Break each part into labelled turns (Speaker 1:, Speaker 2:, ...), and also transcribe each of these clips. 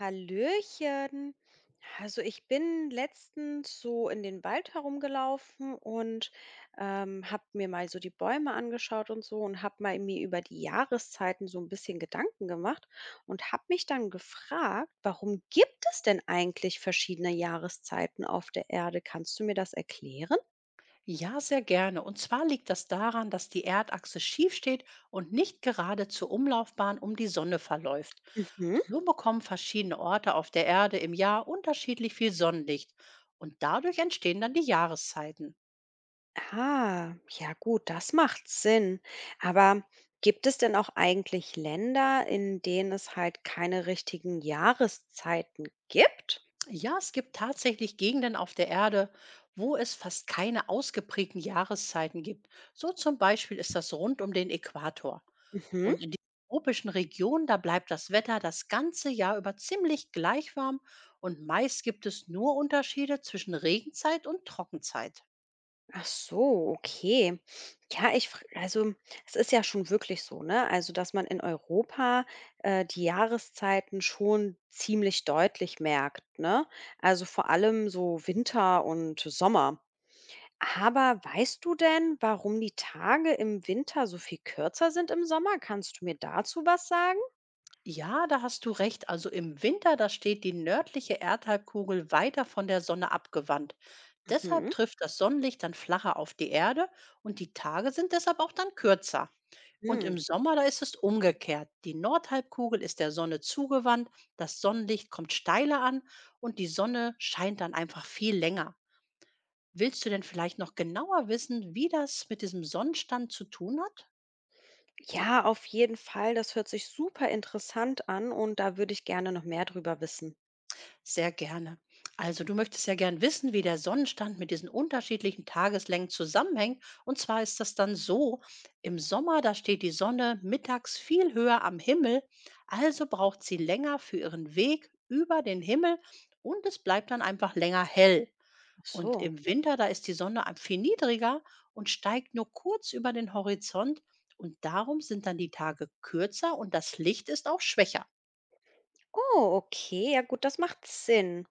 Speaker 1: Hallöchen. Also ich bin letztens so in den Wald herumgelaufen und habe mir mal so die Bäume angeschaut und so und habe mal mir über die Jahreszeiten so ein bisschen Gedanken gemacht und habe mich dann gefragt, warum gibt es denn eigentlich verschiedene Jahreszeiten auf der Erde? Kannst du mir das erklären?
Speaker 2: Ja, sehr gerne. Und zwar liegt das daran, dass die Erdachse schief steht und nicht gerade zur Umlaufbahn um die Sonne verläuft.
Speaker 1: Mhm.
Speaker 2: So bekommen verschiedene Orte auf der Erde im Jahr unterschiedlich viel Sonnenlicht und dadurch entstehen dann die Jahreszeiten.
Speaker 1: Ah, ja gut, das macht Sinn. Aber gibt es denn auch eigentlich Länder, in denen es halt keine richtigen Jahreszeiten gibt?
Speaker 2: Ja, es gibt tatsächlich Gegenden auf der Erde, wo es fast keine ausgeprägten Jahreszeiten gibt. So zum Beispiel ist das rund um den Äquator.
Speaker 1: Mhm.
Speaker 2: Und in den tropischen Regionen, da bleibt das Wetter das ganze Jahr über ziemlich gleich warm und meist gibt es nur Unterschiede zwischen Regenzeit und Trockenzeit.
Speaker 1: Ach so, okay. Ja, ich, also es ist ja schon wirklich so, ne? Also, dass man in Europa die Jahreszeiten schon ziemlich deutlich merkt, ne? Also vor allem so Winter und Sommer. Aber weißt du denn, warum die Tage im Winter so viel kürzer sind im Sommer? Kannst du mir dazu was sagen?
Speaker 2: Ja, da hast du recht. Also im Winter, da steht die nördliche Erdhalbkugel weiter von der Sonne abgewandt. Deshalb
Speaker 1: Mhm.
Speaker 2: trifft das Sonnenlicht dann flacher auf die Erde und die Tage sind deshalb auch dann kürzer. Und im
Speaker 1: Hm.
Speaker 2: Sommer, da ist es umgekehrt. Die Nordhalbkugel ist der Sonne zugewandt, das Sonnenlicht kommt steiler an und die Sonne scheint dann einfach viel länger. Willst du denn vielleicht noch genauer wissen, wie das mit diesem Sonnenstand zu tun hat?
Speaker 1: Ja, auf jeden Fall. Das hört sich super interessant an und da würde ich gerne noch mehr drüber wissen.
Speaker 2: Sehr gerne. Also du möchtest ja gern wissen, wie der Sonnenstand mit diesen unterschiedlichen Tageslängen zusammenhängt. Und zwar ist das dann so, im Sommer, da steht die Sonne mittags viel höher am Himmel, also braucht sie länger für ihren Weg über den Himmel und es bleibt dann einfach länger hell.
Speaker 1: Ach
Speaker 2: Und
Speaker 1: so.
Speaker 2: im Winter, da ist die Sonne viel niedriger und steigt nur kurz über den Horizont und darum sind dann die Tage kürzer und das Licht ist auch schwächer.
Speaker 1: Oh, okay, ja gut, das macht Sinn.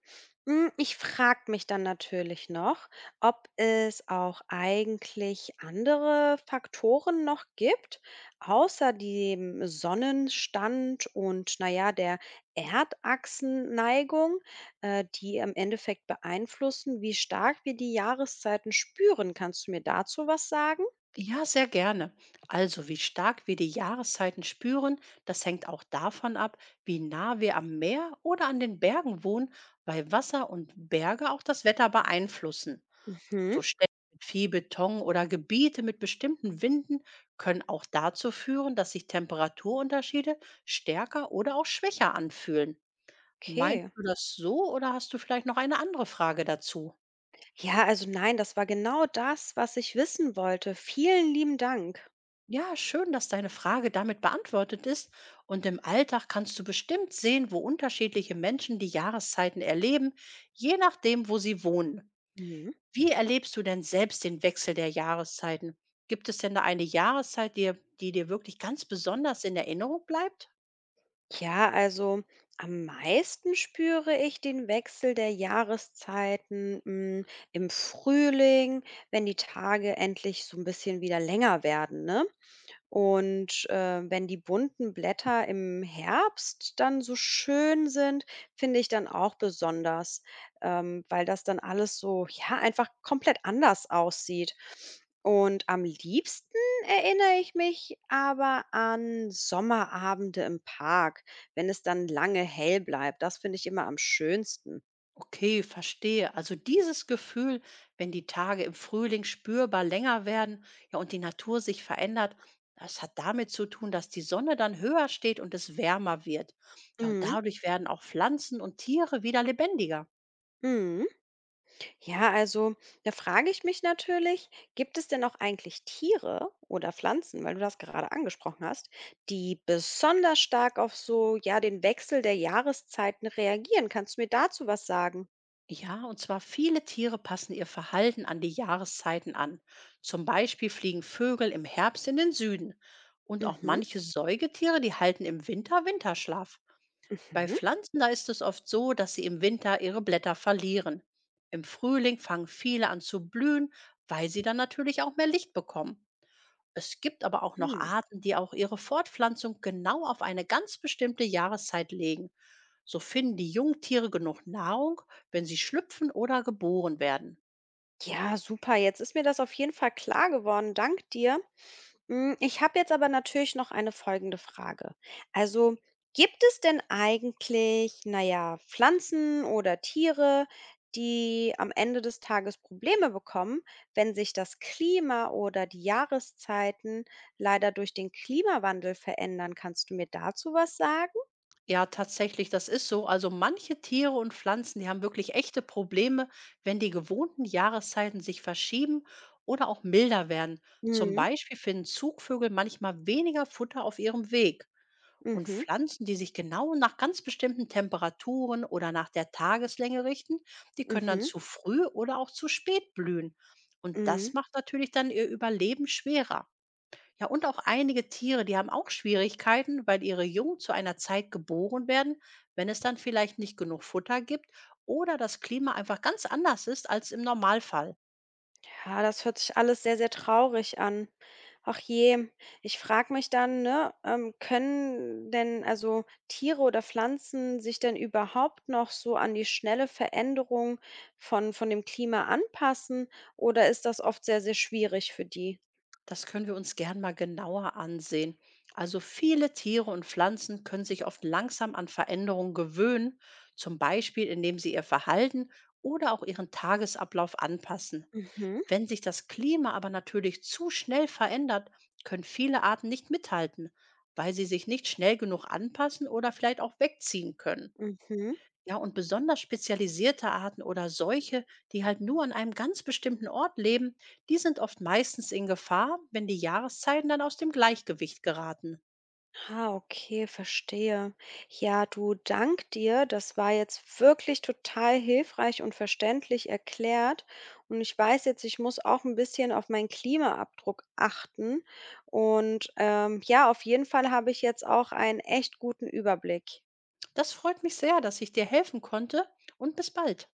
Speaker 1: Hm, ich frage mich dann natürlich noch, ob es auch eigentlich andere Faktoren noch gibt, außer dem Sonnenstand und, na ja, der Erdachsenneigung, die im Endeffekt beeinflussen, wie stark wir die Jahreszeiten spüren. Kannst du mir dazu was sagen?
Speaker 2: Ja, sehr gerne. Also, wie stark wir die Jahreszeiten spüren, das hängt auch davon ab, wie nah wir am Meer oder an den Bergen wohnen, weil Wasser und Berge auch das Wetter beeinflussen.
Speaker 1: Mhm,
Speaker 2: So Städte mit viel Beton oder Gebiete mit bestimmten Winden können auch dazu führen, dass sich Temperaturunterschiede stärker oder auch schwächer anfühlen. Meinst
Speaker 1: okay.
Speaker 2: du das so oder hast du vielleicht noch eine andere Frage dazu?
Speaker 1: Ja, also nein, das war genau das, was ich wissen wollte. Vielen lieben Dank.
Speaker 2: Ja, schön, dass deine Frage damit beantwortet ist. Und im Alltag kannst du bestimmt sehen, wo unterschiedliche Menschen die Jahreszeiten erleben, je nachdem, wo sie wohnen.
Speaker 1: Mhm.
Speaker 2: Wie erlebst du denn selbst den Wechsel der Jahreszeiten? Gibt es denn da eine Jahreszeit, die dir wirklich ganz besonders in Erinnerung bleibt?
Speaker 1: Ja, also am meisten spüre ich den Wechsel der Jahreszeiten, im Frühling, wenn die Tage endlich so ein bisschen wieder länger werden, ne? Und, wenn die bunten Blätter im Herbst dann so schön sind, finde ich dann auch besonders, weil das dann alles so, ja, einfach komplett anders aussieht. Und am liebsten erinnere ich mich aber an Sommerabende im Park, wenn es dann lange hell bleibt. Das finde ich immer am schönsten.
Speaker 2: Okay, verstehe. Also dieses Gefühl, wenn die Tage im Frühling spürbar länger werden, ja, und die Natur sich verändert, das hat damit zu tun, dass die Sonne dann höher steht und es wärmer wird. Ja, und
Speaker 1: Mhm,
Speaker 2: dadurch werden auch Pflanzen und Tiere wieder lebendiger.
Speaker 1: mhm. Ja, also da frage ich mich natürlich, gibt es denn auch eigentlich Tiere oder Pflanzen, weil du das gerade angesprochen hast, die besonders stark auf so, ja, den Wechsel der Jahreszeiten reagieren? Kannst du mir dazu was sagen?
Speaker 2: Ja, und zwar viele Tiere passen ihr Verhalten an die Jahreszeiten an. Zum Beispiel fliegen Vögel im Herbst in den Süden. Und auch
Speaker 1: Mhm,
Speaker 2: manche Säugetiere, die halten im Winter Winterschlaf. Bei
Speaker 1: mhm,
Speaker 2: Pflanzen, da ist es oft so, dass sie im Winter ihre Blätter verlieren. Im Frühling fangen viele an zu blühen, weil sie dann natürlich auch mehr Licht bekommen. Es gibt aber auch noch
Speaker 1: hm.
Speaker 2: Arten, die auch ihre Fortpflanzung genau auf eine ganz bestimmte Jahreszeit legen. So finden die Jungtiere genug Nahrung, wenn sie schlüpfen oder geboren werden.
Speaker 1: Ja, super. Jetzt ist mir das auf jeden Fall klar geworden. Dank dir. Mm, ich habe jetzt aber natürlich noch eine folgende Frage. Also, gibt es denn eigentlich, naja, Pflanzen oder Tiere, die am Ende des Tages Probleme bekommen, wenn sich das Klima oder die Jahreszeiten leider durch den Klimawandel verändern? Kannst du mir dazu was sagen?
Speaker 2: Ja, tatsächlich, das ist so. Also manche Tiere und Pflanzen, die haben wirklich echte Probleme, wenn die gewohnten Jahreszeiten sich verschieben oder auch milder werden. Zum
Speaker 1: Mhm,
Speaker 2: Beispiel finden Zugvögel manchmal weniger Futter auf ihrem Weg. Und
Speaker 1: mhm,
Speaker 2: Pflanzen, die sich genau nach ganz bestimmten Temperaturen oder nach der Tageslänge richten, die können dann
Speaker 1: mhm,
Speaker 2: zu früh oder auch zu spät blühen. Und das
Speaker 1: mhm.
Speaker 2: macht natürlich dann ihr Überleben schwerer. Ja, und auch einige Tiere, die haben auch Schwierigkeiten, weil ihre Jungen zu einer Zeit geboren werden, wenn es dann vielleicht nicht genug Futter gibt oder das Klima einfach ganz anders ist als im Normalfall.
Speaker 1: Ja, das hört sich alles sehr, sehr traurig an. Ach je, ich frage mich dann, ne, können denn also Tiere oder Pflanzen sich denn überhaupt noch so an die schnelle Veränderung von dem Klima anpassen oder ist das oft sehr, sehr schwierig für die?
Speaker 2: Das können wir uns gern mal genauer ansehen. Also viele Tiere und Pflanzen können sich oft langsam an Veränderungen gewöhnen, zum Beispiel indem sie ihr Verhalten oder auch ihren Tagesablauf anpassen.
Speaker 1: Mhm,
Speaker 2: Wenn sich das Klima aber natürlich zu schnell verändert, können viele Arten nicht mithalten, weil sie sich nicht schnell genug anpassen oder vielleicht auch wegziehen können.
Speaker 1: mhm.
Speaker 2: Ja, und besonders spezialisierte Arten oder solche, die halt nur an einem ganz bestimmten Ort leben, die sind oft meistens in Gefahr, wenn die Jahreszeiten dann aus dem Gleichgewicht geraten.
Speaker 1: Ah, okay, verstehe. Ja, du, dank dir. Das war jetzt wirklich total hilfreich und verständlich erklärt. Und ich weiß jetzt, ich muss auch ein bisschen auf meinen Klimaabdruck achten. Und ja, auf jeden Fall habe ich jetzt auch einen echt guten Überblick.
Speaker 2: Das freut mich sehr, dass ich dir helfen konnte und bis bald.